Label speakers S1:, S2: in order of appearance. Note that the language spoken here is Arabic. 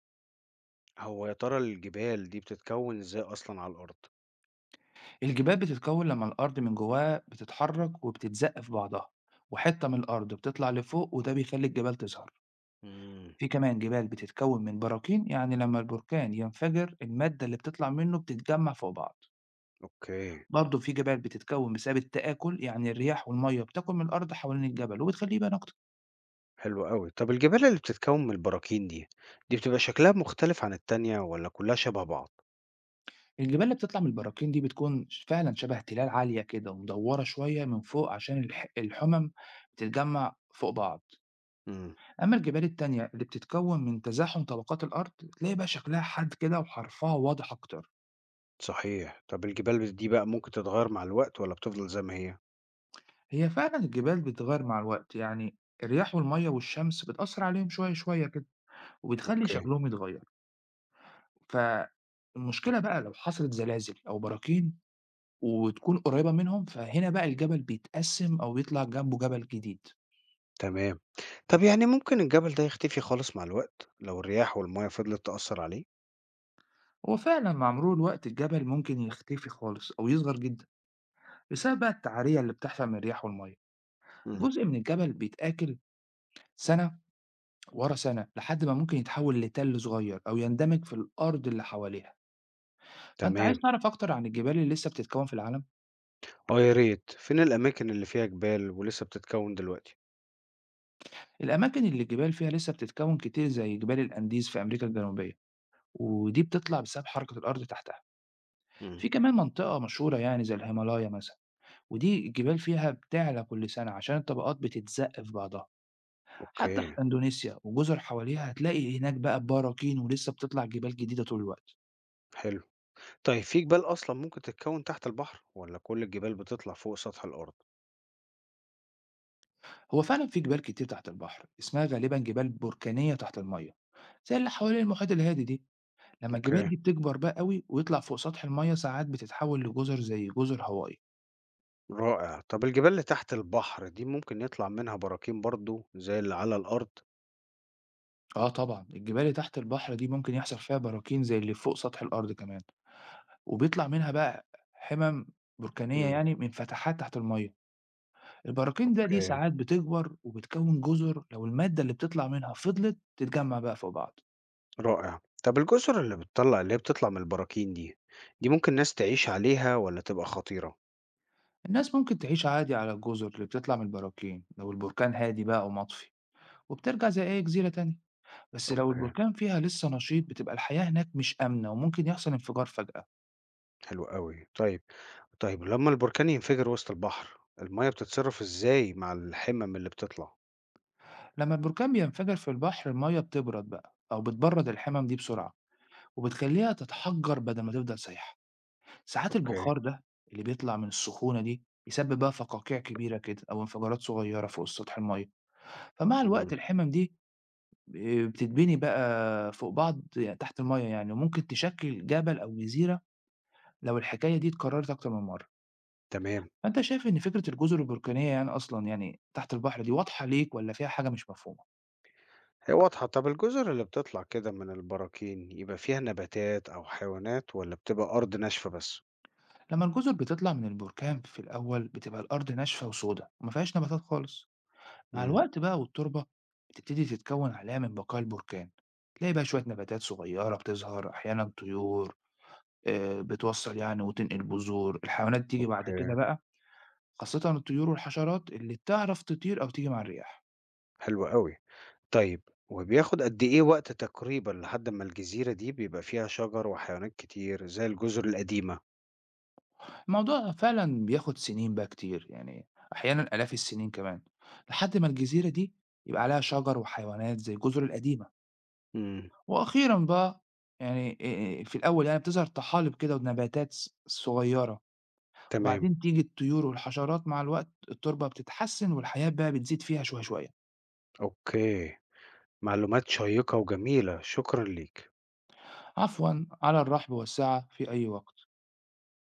S1: هو يا ترى الجبال دي بتتكون ازاي أصلا على الأرض؟
S2: الجبال بتتكون لما الأرض من جواها بتتحرك وبتتزق في بعضها، وحتة من الأرض بتطلع لفوق وده بيخلي الجبال تظهر.
S1: امم.
S2: في كمان جبال بتتكون من براكين، يعني لما البركان ينفجر المادة اللي بتطلع منه بتتجمع فوق بعض.
S1: اوكي.
S2: برضه في جبال بتتكون بسبب التآكل، يعني الرياح والمية بتاكل من الأرض حوالين الجبل وبتخليه يبان أكتر.
S1: حلو قوي، طب الجبال اللي بتتكون من البراكين دي، بتبقى شكلها مختلف عن التانية ولا كلها شبه بعض؟
S2: الجبال اللي بتطلع من البراكين دي بتكون فعلا شبه تلال عالية كده ومدورة شوية من فوق عشان الحمم بتتجمع فوق بعض.
S1: امم.
S2: أما الجبال التانية اللي بتتكون من تزاحم طبقات الأرض تلاقي بقى شكلها حاد كده وحرفها واضح أكتر.
S1: صحيح، طب الجبال دي بقى ممكن تتغير مع الوقت ولا بتفضل زي ما هي؟
S2: هي فعلا الجبال بتتغير مع الوقت، يعني الرياح والمية والشمس بتأثر عليهم شوية شوية كده وبتخلي
S1: اوكي.
S2: شكلهم يتغير. فالمشكلة بقى لو حصلت زلازل أو براكين وتكون قريبة منهم، فهنا بقى الجبل بيتقسم أو يطلع جنبه جبل جديد.
S1: تمام. طب يعني ممكن الجبل ده يختفي خالص مع الوقت لو الرياح والمياه فضلت تأثر عليه؟
S2: وفعلا مع مرور الوقت الجبل ممكن يختفي خالص أو يصغر جدا بسبب بقى التعرية اللي بتحصل من الرياح والمية.
S1: امم.
S2: جزء من الجبل بيتآكل سنة ورا سنة، لحد ما ممكن يتحول لتَلّ صغير أو يندمج في الأرض اللي حواليها. فأنت عايز
S1: تمام.
S2: تعرف أكتر عن الجبال اللي لسه بتتكوّن في العالم؟
S1: اه يا ريت، فين الأماكن اللي فيها جبال ولسه بتتكون دلوقتي؟
S2: الأماكن اللي الجبال فيها لسه بتتكوّن كتير زي جبال الأنديز في أمريكا الجنوبية، ودي بتطلع بسبب حركة الأرض تحتها.
S1: امم.
S2: في كمان منطقة مشهورة يعني زي الهيمالايا مثلًا، ودي الجبال فيها بتعلى كل سنة عشان الطبقات بتتزق في بعضها. حتى في
S1: اوكي.
S2: إندونيسيا وجزر حواليها هتلاقي هناك بقى براكين ولسه بتطلع جبال جديدة طول الوقت.
S1: حلو. طيب في جبال أصلًا ممكن تتكوّن تحت البحر والّا كل الجبال بتطلع فوق سطح الأرض؟
S2: هو فعلا في جبال كتير تحت البحر اسمها غالبا جبال بركانية تحت المية زي اللي حوالين المحيط الهادي دي. لما الجبال
S1: أوكي،
S2: دي بتكبر بقى قوي ويطلع فوق سطح المية ساعات بتتحول لجزر زي جزر هاواي.
S1: رائع. طب الجبال اللي تحت البحر دي ممكن يطلع منها براكين برضه زي اللي على الأرض؟
S2: اه طبعا الجبال اللي تحت البحر دي ممكن يحصل فيها براكين زي اللي فوق سطح الأرض كمان، وبيطلع منها بقى حمم بركانية،
S1: إمم.
S2: يعني من فتحات تحت المية. البراكين دي
S1: أوكي،
S2: ساعات بتكبر وبتكون جزر لو المادة اللي بتطلع منها فضلت تتجمع بقى فوق بعض.
S1: رائع. طب الجزر اللي هي بتطلع من البراكين دي، دي ممكن ناس تعيش عليها والّا تبقى خطيرة؟
S2: الناس ممكن تعيش عادي على الجزر اللي بتطلع من البراكين لو البركان هادي بقى ومطفي، وبترجع زي أي جزيرة تانية. بس لو
S1: أوكي،
S2: البركان فيها لسه نشيط بتبقى الحياة هناك مش آمنة وممكن يحصل انفجار فجأة.
S1: حلو أوي. طيب، طيب لمّا البركان ينفجر وسط البحر، المَيّة بتتصرّف إزاي مع الحِمَم اللي بتطلع؟
S2: لما البركان بينفجر في البحر المية بتبرد بقى أو بتبرد الحمم دي بسرعة وبتخليها تتحجر بدل ما تفضل سايحة. ساعات
S1: أوكي.
S2: البخار ده اللي بيطلع من السخونة دي يسبب بقى فقاقيع كبيرة كده أو انفجارات صغيرة فوق سطح المية. فمع الوقت
S1: إمم.
S2: الحمم دي بتتبني بقى فوق بعض تحت المَيّة، يعني، وممكن تشكِّل جبل أو جزيرة لو الحكاية دي اتكررت أكتر من مرّة.
S1: تمام.
S2: فأنت شايف إن فكرة الجزر البركانية يعني أصلًا يعني تحت البحر دي واضحة ليك والّا فيها حاجة مش مفهومة؟
S1: هي واضحة، طب الجزر اللي بتطلع كده من البراكين يبقى فيها نباتات أو حيوانات ولا بتبقى أرض ناشفة بس؟
S2: لمّا الجزر بتطلع من البركان في الأول بتبقى الأرض ناشفة وسودا وما فيهاش نباتات خالص. مع
S1: امم.
S2: الوقت بقى والتربة بتبتدي تتكوّن عليها من بقايا البركان، تلاقي بقى شوية نباتات صغيّرة بتظهر، أحيانًا طيور بتوصّل، يعني، وتنقل بذور، الحيوانات تيجي بعد كده
S1: اوكي.
S2: بقى، خاصة الطيور والحشرات اللي بتعرف تطير أو تيجي مع الرياح.
S1: حلو قوي. طيب، وبياخد قد إيه وقت تقريبا لحد ما الجزيرة دي بيبقى فيها شجر وحيوانات كتير زي الجزر القديمة؟
S2: الموضوع فعلا بياخد سنين بقى كتير، يعني أحيانا آلاف السنين كمان، لحد ما الجزيرة دي يبقى عليها شجر وحيوانات زي الجزر القديمة.
S1: امم.
S2: وأخيرا بقى، في الأول يعني بتظهر طحالب كده ونباتات صغيرة،
S1: تمام.
S2: وبعدين تيجي الطيور والحشرات. مع الوقت التربة بتتحسن والحياة بقى بتزيد فيها شوية شوية.
S1: اوكي. معلومات شيقة وجميلة، شكرا ليك.
S2: عفوا، على الرحب والسعة في أي وقت.